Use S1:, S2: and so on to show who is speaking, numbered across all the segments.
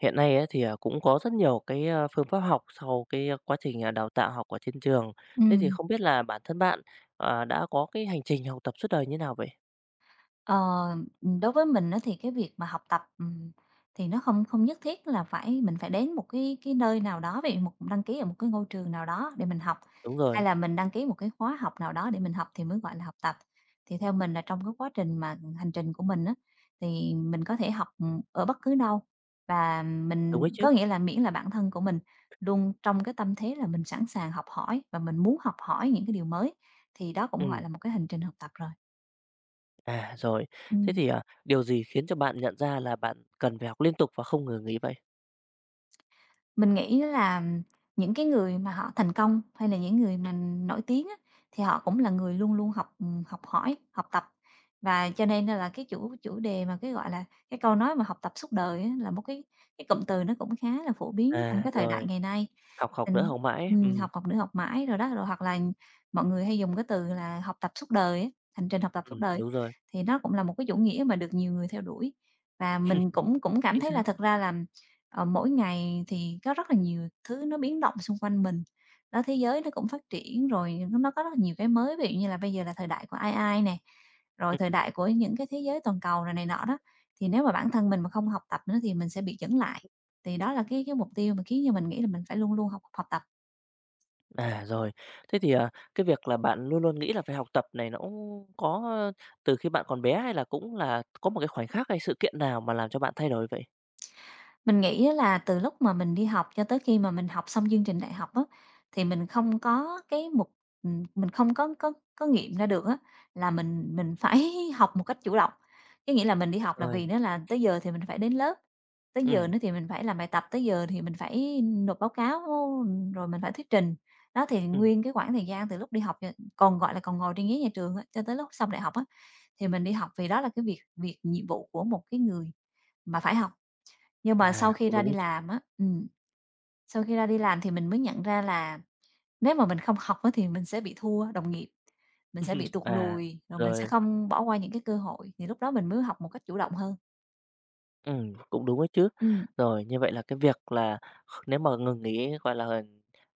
S1: Hiện nay ấy, thì, cũng có rất nhiều cái, phương pháp học sau cái, quá trình, đào tạo học ở trên trường. Thế thì
S2: Ừm,
S1: không biết là bản thân bạn, đã có cái hành trình học tập suốt đời như nào vậy?
S2: ờ, đối với mình á thì cái việc mà học tập, thì nó không không nhất thiết là phải mình phải đến một cái nơi nào đó, ví một đăng ký ở một cái ngôi trường nào đó để mình học,
S1: Đúng rồi,
S2: hay là mình đăng ký một cái khóa học nào đó để mình học thì mới gọi là học tập. Thì theo mình là trong cái quá trình mà hành trình của mình á, thì mình có thể học, ở bất cứ đâu và
S1: đúng đấy
S2: mình
S1: chứ.
S2: có nghĩa là miễn là bản thân của mình luôn trong cái tâm thế là mình sẵn sàng học hỏi và mình muốn học hỏi những cái điều mới, thì đó
S1: Ừ.
S2: cũng gọi là một cái hành trình học tập rồi.
S1: À, rồi. Thế
S2: Ừm.
S1: thì, điều gì khiến cho bạn nhận ra là bạn cần phải học liên tục và không ngừng nghỉ vậy?
S2: Mình nghĩ là những cái người mà họ thành công hay là những người mà nổi tiếng á, thì họ cũng là người luôn luôn học, học hỏi, học tập. Và cho nên là cái chủ chủ đề mà cái, gọi là, cái câu nói mà "học tập suốt đời" á, là một cái cụm từ nó cũng khá là phổ biến trong
S1: À,
S2: cái thời đại
S1: rồi,
S2: ngày nay.
S1: học học nữa
S2: Mình
S1: học mãi.
S2: học học nữa học mãi rồi đó, rồi hoặc là mọi người hay dùng cái từ là "học tập suốt đời" á, hành trình học tập suốt đời,
S1: Đúng rồi,
S2: thì nó cũng là một cái chủ nghĩa mà được nhiều người theo đuổi. Và mình cũng cũng cảm
S1: chính
S2: thấy là
S1: xác.
S2: thật ra là mỗi ngày thì có rất là nhiều thứ nó biến động xung quanh mình, đó, thế giới nó cũng phát triển rồi nó có rất là nhiều cái mới, ví dụ như là bây giờ là thời đại của AI nè, rồi
S1: Ừm.
S2: thời đại của những cái thế giới toàn cầu này này nọ đó, thì nếu mà bản thân mình mà không học tập nữa thì mình sẽ bị chững lại. Thì đó là cái mục tiêu mà khiến cho mình nghĩ là mình phải luôn luôn học học tập.
S1: À, rồi. Thế thì, cái việc là bạn luôn luôn nghĩ là phải học tập này nó cũng có, từ khi bạn còn bé hay là cũng là có một cái khoảnh khắc hay sự kiện nào mà làm cho bạn thay đổi vậy?
S2: Mình nghĩ á là từ lúc mà mình đi học cho tới khi mà mình học xong chương trình đại học á, thì mình không có cái mục mình không có nghiệm ra được á, là mình phải học một cách chủ động. Có nghĩa là mình đi
S1: À,
S2: học là vì
S1: rồi.
S2: nó là tới giờ thì mình phải đến lớp, tới giờ
S1: Ừm,
S2: nữa thì mình phải làm bài tập, tới giờ thì mình phải nộp báo cáo, rồi mình phải thuyết trình. Đó, thì
S1: ừm.
S2: nguyên cái khoảng thời gian từ lúc đi học cho còn, gọi là, còn ngồi trên ghế nhà trường á, cho tới lúc xong đại học á, thì mình đi học vì đó là cái việc việc nhiệm vụ của một cái người mà phải học. Nhưng mà
S1: À,
S2: sau khi
S1: cũng
S2: ra
S1: đúng
S2: đi
S1: ấy chứ.
S2: làm á, sau khi ra đi làm thì mình mới nhận ra là nếu mà mình không học á thì mình sẽ bị thua đồng nghiệp, mình sẽ bị tụt
S1: À,
S2: lùi, rồi mình sẽ
S1: rồi.
S2: không bỏ qua những cái cơ hội, thì lúc đó mình mới học một cách chủ động hơn.
S1: Cũng đúng ấy chứ.
S2: Ừm,
S1: Rồi, như vậy là cái việc là nếu mà ngừng nghỉ, gọi là,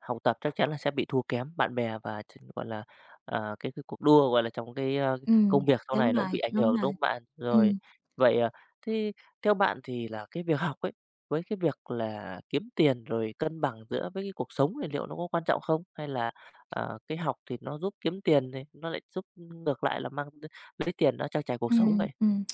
S1: học tập chắc chắn là sẽ bị thua kém bạn bè và gọi là, cái cuộc đua, gọi là, trong cái, công
S2: ừm,
S1: việc sau này
S2: đúng
S1: nó cũng bị
S2: rồi,
S1: ảnh
S2: đúng
S1: hưởng, đúng
S2: rồi.
S1: không bạn? Rồi,
S2: Ừm,
S1: vậy, thế theo bạn thì là cái việc học ấy, với cái việc là kiếm tiền rồi cân bằng giữa với cái cuộc sống thì liệu nó có quan trọng không? Hay là, cái học thì nó giúp kiếm tiền này, nó lại giúp ngược lại là mang lấy tiền nó trang trải cuộc sống
S2: ừm,
S1: vậy?
S2: ừm.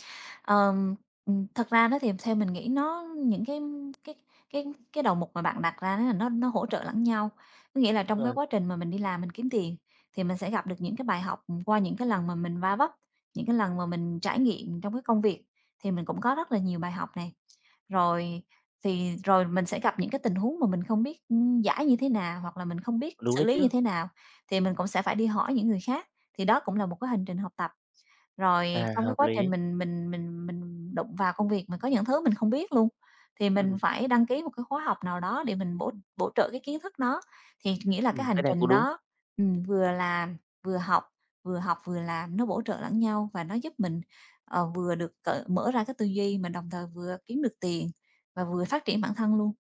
S2: Ờm, thật ra đó thì theo mình nghĩ nó những cái cái cái cái đầu mục mà bạn đặt ra đó là nó hỗ trợ lẫn nhau. Có nghĩa là trong cái
S1: Rồi,
S2: quá trình mà mình đi làm mình kiếm tiền thì mình sẽ gặp được những cái bài học qua những cái lần mà mình va vấp, những cái lần mà mình trải nghiệm trong cái công việc thì mình cũng có rất là nhiều bài học này. Rồi rồi mình sẽ gặp những cái tình huống mà mình không biết, giải như thế nào hoặc là mình không biết
S1: đúng
S2: xử
S1: đấy
S2: lý như
S1: chứ.
S2: thế nào thì mình cũng sẽ phải đi hỏi những người khác, thì đó cũng là một cái hành trình học tập. Rồi
S1: À,
S2: trong cái
S1: hợp
S2: quá trình
S1: lý.
S2: mình đụng vào công việc, mình có những thứ mình không biết luôn, thì mình
S1: Ừm,
S2: phải đăng ký một cái khóa học nào đó để mình bổ bổ trợ cái kiến thức đó. Thì nghĩa là cái
S1: cái
S2: hành
S1: này cũng
S2: trình
S1: đúng.
S2: đó, vừa làm, vừa học, vừa học vừa làm nó bổ trợ lẫn nhau và nó giúp mình, vừa được cởi mở ra cái tư duy, mà đồng thời vừa kiếm được tiền và vừa phát triển bản thân luôn.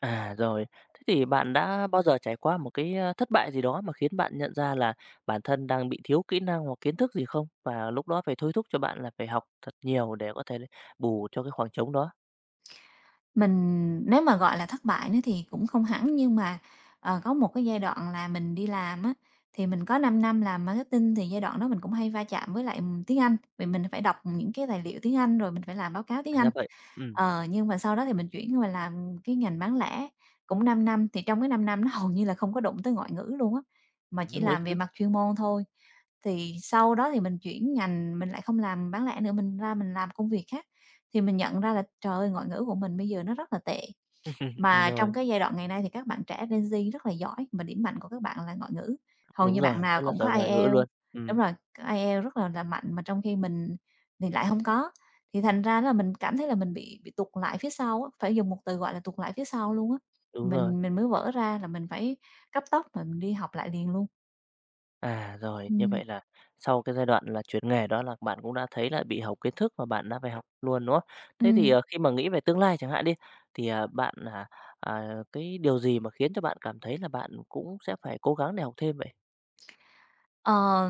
S1: À, rồi, thế thì bạn đã bao giờ trải qua một cái, thất bại gì đó mà khiến bạn nhận ra là bản thân đang bị thiếu kỹ năng hoặc kiến thức gì không? Và lúc đó phải thôi thúc cho bạn là phải học thật nhiều để có thể bù cho cái khoảng trống đó?
S2: Mình nếu mà, gọi là, thất bại nữa thì cũng không hẳn, nhưng mà, có một cái giai đoạn là mình đi làm á, thì mình có 5 năm làm marketing thì giai đoạn đó mình cũng hay va chạm với lại, tiếng Anh, vì mình phải đọc những cái tài liệu tiếng Anh rồi mình phải làm báo cáo
S1: À,
S2: tiếng
S1: ra
S2: Anh.
S1: vậy. Ừm,
S2: Nhưng mà sau đó thì mình chuyển qua làm cái ngành bán lẻ cũng 5 năm, thì trong cái 5 năm nó hầu như là không có đụng tới ngoại ngữ luôn á, mà chỉ
S1: đúng ấy
S2: làm về
S1: chứ.
S2: mặt chuyên môn thôi. Thì sau đó thì mình chuyển ngành, mình lại không làm bán lẻ nữa, mình ra mình làm công việc khác, thì mình nhận ra là, trời ơi, ngoại ngữ của mình bây giờ nó rất là tệ. Mà trong
S1: Rồi,
S2: cái giai đoạn ngày nay thì các bạn trẻ Gen Z rất là giỏi, mà điểm mạnh của các bạn là ngoại ngữ, hầu
S1: đúng
S2: như
S1: rồi,
S2: bạn nào
S1: rất là
S2: cũng có
S1: giỏi ngoại ngữ luôn.
S2: IELTS. Đúng
S1: Ừm,
S2: rồi, có IELTS rất là mạnh, mà trong khi mình thì lại hông có. Thì thành ra là mình cảm thấy là mình bị tụt lại phía sau á, phải dùng một từ gọi là tụt lại phía sau luôn á,
S1: đúng rồi.
S2: mình mới vỡ ra là mình phải cấp tốc mà mình đi học lại liền luôn.
S1: À, rồi, như
S2: Ừm,
S1: vậy là sau cái giai đoạn là chuyển nghề đó là bạn cũng đã thấy là bị hỏng kiến thức và bạn đã phải học luôn, đúng không? Thế thì,
S2: ừm.
S1: khi mà nghĩ về tương lai chẳng hạn đi, thì, bạn, cái điều gì mà khiến cho bạn cảm thấy là bạn cũng sẽ phải cố gắng để học thêm vậy?
S2: Ờ,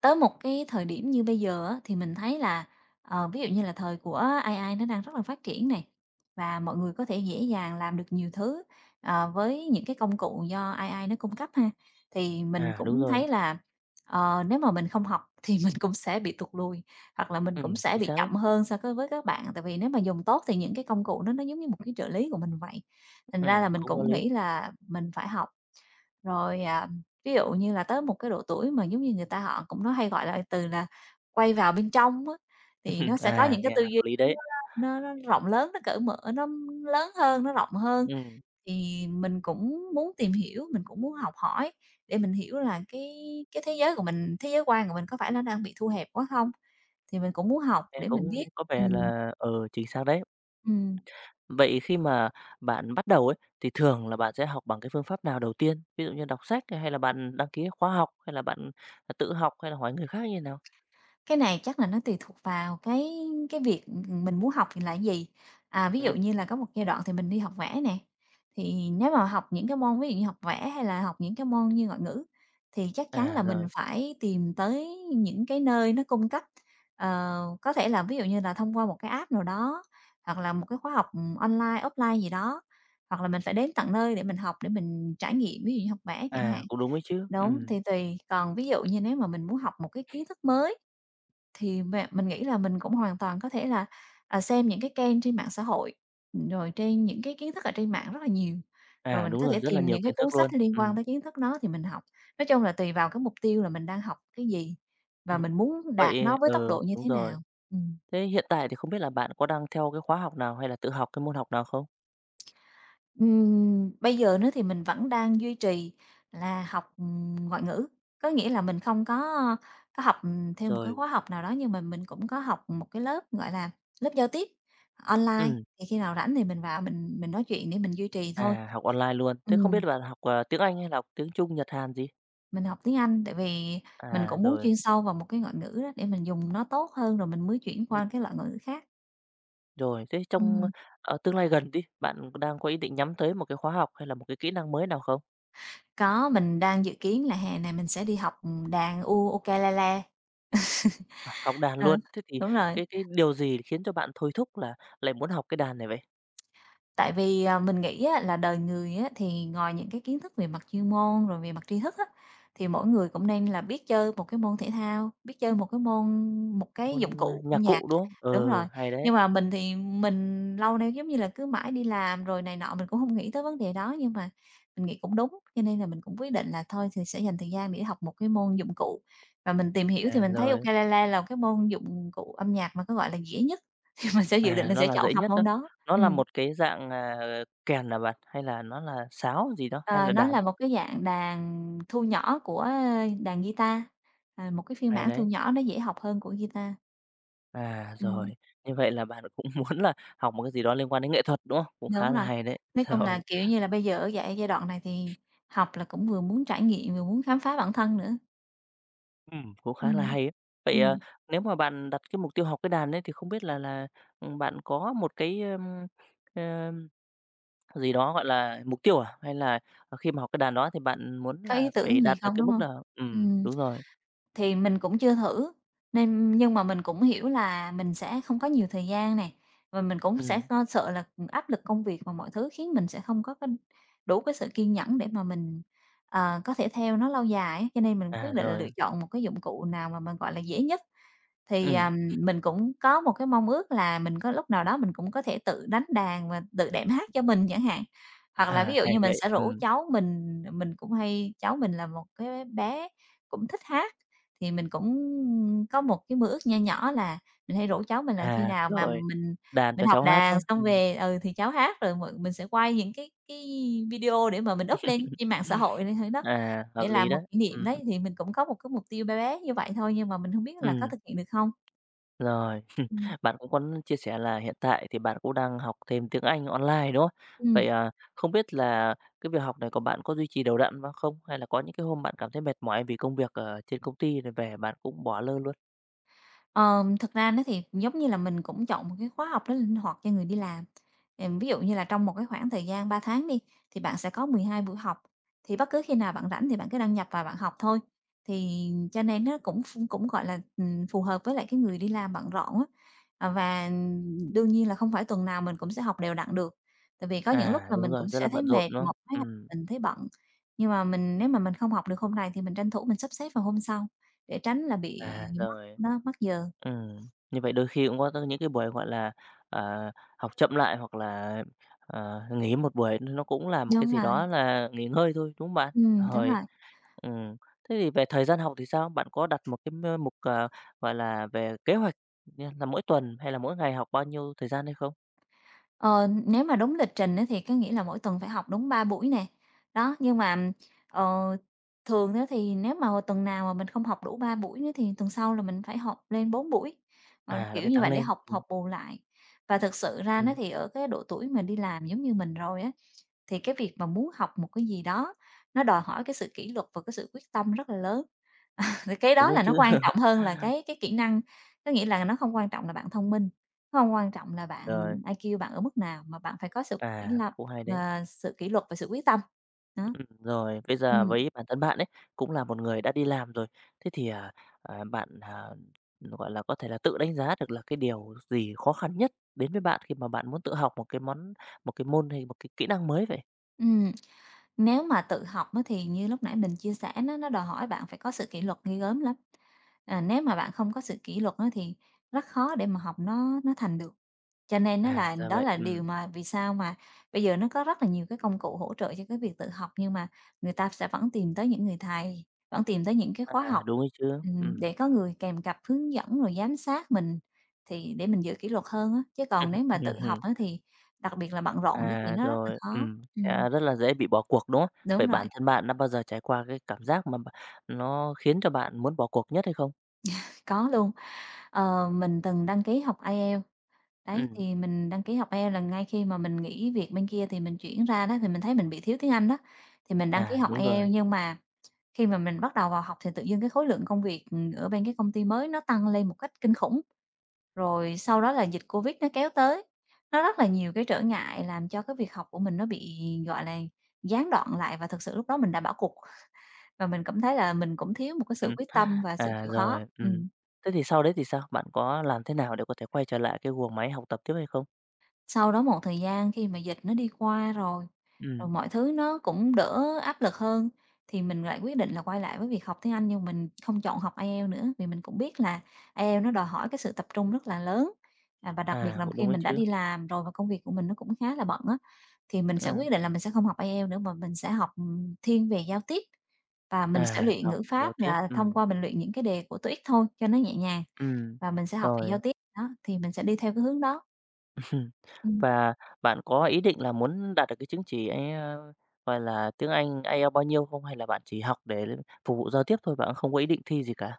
S2: tới một cái thời điểm như bây giờ á, thì mình thấy là, ví dụ như là thời của AI nó đang rất là phát triển này, và mọi người có thể dễ dàng làm được nhiều thứ, với những cái công cụ do AI nó cung cấp ha. Thì mình
S1: À, đúng
S2: cũng
S1: rồi,
S2: thấy là, nếu mà mình không học thì mình cũng sẽ bị tụt lùi, hoặc là mình cũng sẽ
S1: chính
S2: bị
S1: xác đấy,
S2: chậm hơn so cái với các bạn, tại vì nếu mà dùng tốt thì những cái công cụ đó nó giống như một cái trợ lý của mình vậy. Thành ra là mình
S1: cũng có
S2: cũng
S1: lý.
S2: nghĩ là mình phải học. Rồi, à, ví dụ như là tới một cái độ tuổi mà giống như người ta họ cũng nói hay gọi là từ là quay vào bên trong á, thì nó sẽ có
S1: À,
S2: những cái
S1: nghe
S2: tư
S1: hợp
S2: duy
S1: lý
S2: nó
S1: đấy,
S2: nó nó rộng lớn, nó cởi mở, nó lớn hơn, nó rộng hơn.
S1: ừm,
S2: Thì mình cũng muốn tìm hiểu, mình cũng muốn học hỏi để mình hiểu là cái thế giới của mình, thế giới quan của mình có phải nó đang bị thu hẹp quá không? Thì mình cũng
S1: ừm,
S2: muốn học
S1: nghe
S2: để mình biết.
S1: cũng có vẻ
S2: Ừm,
S1: là, ừ, chính xác đấy.
S2: ừm.
S1: Vậy khi mà bạn bắt đầu ấy, thì thường là bạn sẽ học bằng cái phương pháp nào đầu tiên? Ví dụ như đọc sách này, hay là bạn đăng ký khóa học, hay là bạn tự học, hay là hỏi người khác như thế nào?
S2: Cái này chắc là nó tùy thuộc vào cái việc, mình muốn học thì là cái gì. À, ví dụ
S1: Ừm,
S2: như là có một giai đoạn thì mình đi học vẽ nè, thì nếu mà học những cái môn ví dụ như học vẽ hay là học những cái môn như ngoại ngữ thì chắc chắn
S1: à,
S2: là mình
S1: rồi,
S2: phải tìm tới những cái nơi nó cung cấp, có thể là ví dụ như là thông qua một cái app nào đó, hoặc là một cái khóa học, online, offline gì đó, hoặc là mình phải đến tận nơi để mình học, để mình trải nghiệm, ví dụ như học vẽ chẳng
S1: à,
S2: hạn.
S1: cũng đúng ấy chứ,
S2: Đúng, thì tùy, còn ví dụ như nếu mà mình muốn học một cái kiến thức mới thì mẹ mình nghĩ là mình cũng hoàn toàn có thể là, xem những cái kênh trên mạng xã hội, rồi trên những cái kiến thức ở trên mạng rất là nhiều, rồi
S1: à,
S2: mình
S1: đúng
S2: có
S1: rồi,
S2: thể
S1: rất là
S2: tìm
S1: nhiều
S2: những cái
S1: kiến
S2: cuốn
S1: thức luôn,
S2: sách liên quan
S1: ừm.
S2: tới kiến thức đó thì mình học. Nói chung là tùy vào cái mục tiêu là mình đang học cái gì và
S1: Ừm.
S2: mình muốn đạt nó
S1: Vậy
S2: với tốc
S1: ừ,
S2: độ như
S1: đúng
S2: thế
S1: rồi.
S2: nào. Ừm.
S1: Thế hiện tại thì không biết là bạn có đang theo cái khóa học nào hay là tự học cái môn học nào không?
S2: Bây giờ nữa thì mình vẫn đang duy trì là học, ngoại ngữ, có nghĩa là mình không có học, theo một cái
S1: Rồi.
S2: khóa học nào đó, nhưng mà mình cũng có học một cái lớp, gọi là, lớp giao tiếp online,
S1: Ừm,
S2: thì khi nào rảnh thì mình vào mình nói chuyện để mình duy trì thôi.
S1: à, học online luôn. Thế không biết
S2: Ừm,
S1: bạn học, tiếng Anh hay là học tiếng Trung, Nhật, Hàn gì?
S2: mình học tiếng Anh tại vì mình
S1: À,
S2: cũng muốn
S1: rồi.
S2: chuyên sâu vào một cái ngoại ngữ đó để mình dùng nó tốt hơn rồi mình mới chuyển qua cái loại ngoại ngữ khác.
S1: Rồi, thế trong,
S2: Ừm,
S1: tương lai gần đi, bạn đang có ý định nhắm tới một cái khóa học hay là một cái kỹ năng mới nào không?
S2: có, mình đang dự kiến là hè này mình sẽ đi học, đàn ukulele.
S1: À, học đàn
S2: Ờ,
S1: luôn, thế thì
S2: đúng rồi.
S1: cái điều gì khiến cho bạn thôi thúc là lại muốn học cái đàn này vậy?
S2: Tại vì, mình nghĩ á là đời người á thì ngoài những cái kiến thức về mặt chuyên môn, rồi về mặt tri thức á, thì mỗi người cũng nên là biết chơi một cái môn thể thao, biết chơi một cái
S1: Môn
S2: dụng cụ âm
S1: nhạc
S2: nhạc.
S1: cụ, đúng không?
S2: Đúng
S1: Ừ,
S2: rồi,
S1: hay đấy.
S2: nhưng mà mình thì mình lâu nay, giống như là, cứ mãi đi làm rồi này nọ, mình cũng không nghĩ tới vấn đề đó, nhưng mà mình nghĩ cũng đúng, cho nên là mình cũng quyết định là thôi thì sẽ dành thời gian để học một cái môn dụng cụ. Và mình tìm hiểu thì
S1: À,
S2: mình thấy
S1: rồi,
S2: ukulele là cái môn dụng cụ âm nhạc mà có, gọi là, dễ nhất, thì mình sẽ dự định là
S1: nó
S2: sẽ
S1: là
S2: chọn
S1: dễ
S2: học
S1: nhất đó.
S2: môn đó.
S1: Nó là
S2: Ừm.
S1: một cái dạng, kèn là bạn? Hay là nó là sáo gì đó, hay
S2: Ờ,
S1: là
S2: nó
S1: đàn?
S2: là một cái dạng đàn thu nhỏ của, ơ, đàn guitar, à, một cái phiên
S1: Hay
S2: bản thu
S1: đấy.
S2: nhỏ nó dễ học hơn của guitar.
S1: À,
S2: Ừm,
S1: rồi, như vậy là bạn cũng muốn là học một cái gì đó liên quan đến nghệ thuật, đúng không? Cũng khá
S2: đúng
S1: là
S2: rồi.
S1: hay đấy.
S2: Nói chung
S1: Rồi.
S2: là, kiểu như là, bây giờ ở giai giai đoạn này thì học là cũng vừa muốn trải nghiệm, vừa muốn khám phá bản thân nữa.
S1: Cũng khá là
S2: Ừm,
S1: hay á. Vậy,
S2: ừm,
S1: nếu mà bạn đặt cái mục tiêu học cái đàn ấy thì không biết là bạn có một cái, ưm, ưm, gì đó, gọi là, mục tiêu à? Hay là, khi mà học cái đàn đó thì bạn muốn
S2: có ý
S1: là phải
S2: tưởng gì
S1: đạt được
S2: không,
S1: cái
S2: đúng
S1: mức
S2: hông?
S1: nào?
S2: Ừm.
S1: Đúng rồi,
S2: Thì mình cũng chưa thử, nên nhưng mà mình cũng hiểu là mình sẽ không có nhiều thời gian này và mình cũng sẽ
S1: ừm,
S2: lo sợ là, áp lực công việc và mọi thứ khiến mình sẽ không có cái đủ cái sự kiên nhẫn để mà mình, có thể theo nó lâu dài á, cho nên mình
S1: à,
S2: quyết định là
S1: rồi,
S2: lựa chọn một cái dụng cụ nào mà mình, gọi là, dễ nhất. Thì,
S1: ừm,
S2: mình cũng có một cái mong ước là mình có lúc nào đó mình cũng có thể tự đánh đàn và tự đệm hát cho mình chẳng hạn, hoặc là ví
S1: à,
S2: dụ
S1: hay
S2: như mình
S1: vậy,
S2: sẽ rủ cháu mình cũng hay cháu mình là một cái bé cũng thích hát thì mình cũng có một cái mơ ước nho nhỏ là mình hay rủ cháu mình là khi
S1: à,
S2: nào mà
S1: rồi,
S2: mình
S1: đàn cho
S2: mình học
S1: cháu hát,
S2: đàn
S1: đúng không?
S2: xong
S1: Ừm.
S2: về, ừ, thì cháu hát rồi mọi mình sẽ quay những cái video để mà mình up lên trên mạng xã hội này thôi đó,
S1: À,
S2: để
S1: hợp lý
S2: làm một
S1: đấy,
S2: kỷ niệm
S1: ừm,
S2: đấy. Thì mình cũng có một cái mục tiêu bé bé như vậy thôi, nhưng mà mình không biết là có
S1: ừm,
S2: thực hiện được không?
S1: rồi.
S2: Ừm.
S1: Bạn cũng có chia sẻ là hiện tại thì bạn cũng đang học thêm tiếng Anh online, đúng không? Vậy,
S2: Ừm.
S1: không biết là cái việc học này của bạn có duy trì đều đặn không? Hay là có những cái hôm bạn cảm thấy mệt mỏi vì công việc ở trên công ty rồi về bạn cũng bỏ lơ luôn?
S2: Thực ra nó thì giống như là mình cũng chọn một cái khóa học nó linh hoạt cho người đi làm. Ví dụ như là trong một cái khoảng thời gian 3 tháng đi, thì bạn sẽ có 12 buổi học, thì bất cứ khi nào bạn rảnh thì bạn cứ đăng nhập và bạn học thôi. Thì cho nên nó cũng, gọi là, phù hợp với lại cái người đi làm bận rộn á. À, và đương nhiên là không phải tuần nào mình cũng sẽ học đều đặn được, tại vì có những lúc
S1: À,
S2: là
S1: đúng
S2: mình cũng
S1: rồi, rất là
S2: sẽ thấy
S1: bận rộn,
S2: mệt,
S1: đúng không?
S2: một cái mình thấy bận. Nhưng mà nếu mà mình không học được hôm này thì mình tranh thủ mình sắp xếp vào hôm sau để tránh là bị
S1: À,
S2: mất
S1: rồi,
S2: đó, mất giờ.
S1: ừ. Như vậy đôi khi cũng có những cái buổi, gọi là, à, học chậm lại hoặc là, nghỉ một buổi nó cũng là một cái
S2: Đúng
S1: gì
S2: rồi,
S1: đó là nghỉ ngơi thôi, đúng không bạn?
S2: đúng
S1: Rồi.
S2: rồi.
S1: Ừm. Thế thì về thời gian học thì sao? Bạn có đặt một cái mục, gọi là, về kế hoạch như là mỗi tuần hay là mỗi ngày học bao nhiêu thời gian hay không?
S2: Ờ, nếu mà đúng lịch trình á thì có nghĩa là mỗi tuần phải học đúng 3 buổi nè. Đó, nhưng mà, ờ, thường á thì nếu mà hồi tuần nào mà mình không học đủ 3 buổi nữa thì tuần sau là mình phải học lên 4 buổi, ờ,
S1: À, là
S2: kiểu
S1: phải
S2: như
S1: tăng
S2: vậy để
S1: lên.
S2: học học bù lại. Và thực sự ra nó
S1: Ừm,
S2: thì ở cái độ tuổi mà đi làm giống như mình rồi á, thì cái việc mà muốn học một cái gì đó nó đòi hỏi cái sự kỷ luật và cái sự quyết tâm rất là lớn. Thì cái
S1: đúng
S2: đó
S1: đấy
S2: là
S1: chứ.
S2: nó quan trọng hơn là cái kỹ năng, có nghĩa là nó không quan trọng là bạn thông minh. Không, quan trọng là
S1: Rồi,
S2: bạn ai IQ bạn ở mức nào, mà bạn phải có sự kỷ
S1: à,
S2: lập
S1: cũng hay đấy.
S2: ờ, sự kỷ luật và sự quyết tâm. Đó.
S1: Rồi, bây giờ
S2: Ừm.
S1: với bản thân bạn ấy, cũng là một người đã đi làm rồi, thế thì, bạn, gọi là, có thể là tự đánh giá được là cái điều gì khó khăn nhất đến với bạn khi mà bạn muốn tự học một cái môn hay một cái kỹ năng mới vậy?
S2: Ừm, nếu mà tự học á thì như lúc nãy mình chia sẻ nó đòi hỏi bạn phải có sự kỷ luật ghê gớm lắm. À, nếu mà bạn không có sự kỷ luật á thì rất khó để mà học nó thành được. Cho nên nó
S1: À,
S2: là
S1: ra
S2: đó
S1: vậy,
S2: là điều mà vì sao mà bây giờ nó có rất là nhiều cái công cụ hỗ trợ cho cái việc tự học, nhưng mà người ta sẽ vẫn tìm tới những người thầy, vẫn tìm tới những cái khóa
S1: à,
S2: học,
S1: đúng đấy chứ,
S2: để có người kèm cặp hướng dẫn rồi giám sát mình thì để mình giữ kỷ luật hơn á. Chứ còn nếu mà tự học
S1: Hừm.
S2: á thì đặc biệt là bận rộn đó thì
S1: À,
S2: nó rất là
S1: rồi,
S2: khó.
S1: sẽ rất là dễ bị bỏ cuộc, đúng không? Vậy
S2: Đúng rồi,
S1: bản thân bạn đã bao giờ trải qua cái cảm giác mà nó khiến cho bạn muốn bỏ cuộc nhất hay không?
S2: có luôn. Ờ, mình từng đăng ký học IELTS, đấy,
S1: Ừm,
S2: thì mình đăng ký học IELTS là ngay khi mà mình nghỉ việc bên kia thì mình chuyển ra đó, thì mình thấy mình bị thiếu tiếng Anh đó, thì mình đăng ký
S1: à,
S2: học
S1: đúng rồi.
S2: IELTS. Nhưng mà khi mà mình bắt đầu vào học thì tự dưng cái khối lượng công việc, ở bên cái công ty mới nó tăng lên một cách kinh khủng, rồi sau đó là dịch Covid nó kéo tới. Nó rất là nhiều cái trở ngại làm cho cái việc học của mình nó bị, gọi là, gián đoạn lại và thực sự lúc đó mình đã bỏ cuộc và mình cảm thấy là mình cũng thiếu một cái sự quyết tâm và sự
S1: À,
S2: chịu khó.
S1: rồi.
S2: Ừm.
S1: Thế thì sau đấy thì sao? Bạn có làm thế nào để có thể quay trở lại cái guồng máy học tập tiếp hay không?
S2: Sau đó một thời gian khi mà dịch nó đi qua rồi,
S1: Ừm,
S2: rồi mọi thứ nó cũng đỡ áp lực hơn, thì mình lại quyết định là quay lại với việc học tiếng Anh nhưng mình không chọn học IELTS nữa, vì mình cũng biết là IELTS nó đòi hỏi cái sự tập trung rất là lớn. À, và đặc biệt
S1: à,
S2: là
S1: cũng
S2: khi
S1: đúng đấy
S2: mình đã
S1: chứ.
S2: đi làm rồi và công việc của mình nó cũng khá là bận á, thì mình sẽ
S1: Ừm,
S2: quyết định là mình sẽ không học IELTS nữa mà mình sẽ học, thiên về giao tiếp và mình sẽ luyện
S1: học
S2: ngữ
S1: giao
S2: pháp
S1: tiếp,
S2: là thông qua mình luyện những cái đề của TOEIC thôi cho nó nhẹ nhàng
S1: ừm,
S2: và mình sẽ học về giao
S1: rồi.
S2: tiếp, đó, thì mình sẽ đi theo cái hướng đó.
S1: Ừm,
S2: Ừm.
S1: và bạn có ý định là muốn đạt được cái chứng chỉ ấy, gọi là, tiếng Anh IELTS bao nhiêu không? Hay là bạn chỉ học để phục vụ giao tiếp thôi, bạn không có ý định thi gì cả?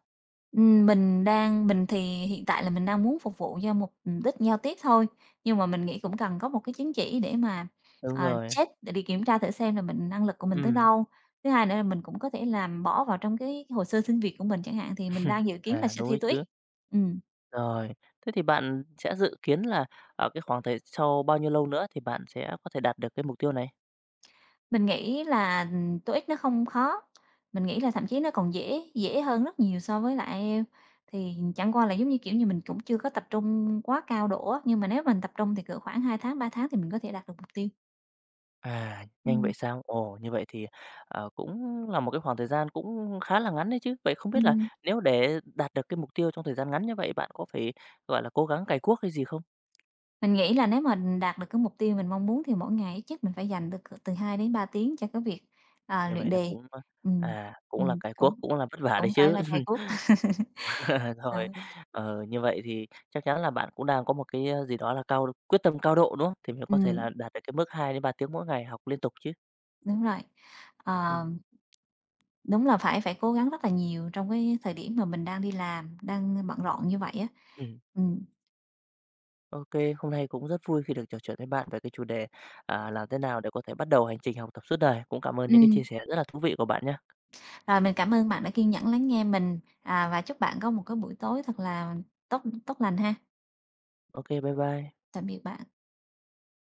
S2: Mình thì hiện tại là mình đang muốn phục vụ cho mục đích giao tiếp thôi, nhưng mà mình nghĩ cũng cần có một cái chứng chỉ để mà,
S1: Đúng
S2: ờ,
S1: rồi,
S2: check để đi kiểm tra thử xem là năng lực của mình tới
S1: ừm,
S2: đâu. Thứ hai nữa là mình cũng có thể làm bỏ vào trong cái hồ sơ xin việc của mình chẳng hạn, thì mình đang dự kiến là
S1: à,
S2: sẽ
S1: đúng
S2: thi
S1: ấy
S2: TOEIC.
S1: chứ.
S2: Ừm,
S1: Rồi, thế thì bạn sẽ dự kiến là ở cái khoảng thời sau bao nhiêu lâu nữa thì bạn sẽ có thể đạt được cái mục tiêu này?
S2: mình nghĩ là, TOEIC nó không khó, mình nghĩ là thậm chí nó còn dễ dễ hơn rất nhiều so với lại IELTS. Thì chẳng qua là, giống như, kiểu như, mình cũng chưa có tập trung quá cao độ á, nhưng mà nếu mình tập trung thì cỡ khoảng 2 tháng, 3 tháng thì mình có thể đạt được mục tiêu.
S1: À, nhanh vậy
S2: Ừm,
S1: sao? Ồ, như vậy thì, cũng là một cái khoảng thời gian cũng khá là ngắn đấy chứ. Vậy không biết là
S2: ừm,
S1: nếu để đạt được cái mục tiêu trong thời gian ngắn như vậy, bạn có phải, gọi là, cố gắng cày cuốc hay gì không?
S2: mình nghĩ là nếu mà đạt được cái mục tiêu mình mong muốn thì mỗi ngày ít nhất mình phải dành được c từ 2 đến 3 tiếng cho cái việc, à,
S1: Như
S2: luyện
S1: vậy là
S2: đề.
S1: cũng,
S2: Ừm,
S1: cũng là cái cuốc,
S2: cũng
S1: cũng là vất vả đấy
S2: cũng phải
S1: chứ.
S2: là cày cuốc.
S1: Rồi,
S2: Ờ,
S1: như vậy thì chắc chắn là bạn cũng đang có một cái, gì đó là cao quyết tâm cao độ, đúng không? Thì mới có thể
S2: ừm,
S1: là đạt được cái mức 2 đến 3 tiếng mỗi ngày học liên tục chứ.
S2: đúng rồi. Ờ,
S1: Ừm,
S2: đúng là phải phải cố gắng rất là nhiều trong cái thời điểm mà mình đang đi làm, đang bận rộn như vậy á.
S1: ừm.
S2: Ừm,
S1: Ô, hôm nay cũng rất vui khi được trò chuyện với bạn về cái chủ đề, làm thế nào để có thể bắt đầu hành trình học tập suốt đời. Cũng cảm ơn những cái
S2: ừm,
S1: chia sẻ rất là thú vị của bạn nhé.
S2: rồi mình cảm ơn bạn đã kiên nhẫn lắng nghe mình, à, và chúc bạn có một cái buổi tối thật là tốt tốt lành ha.
S1: Ok, bye bye.
S2: Tạm biệt bạn.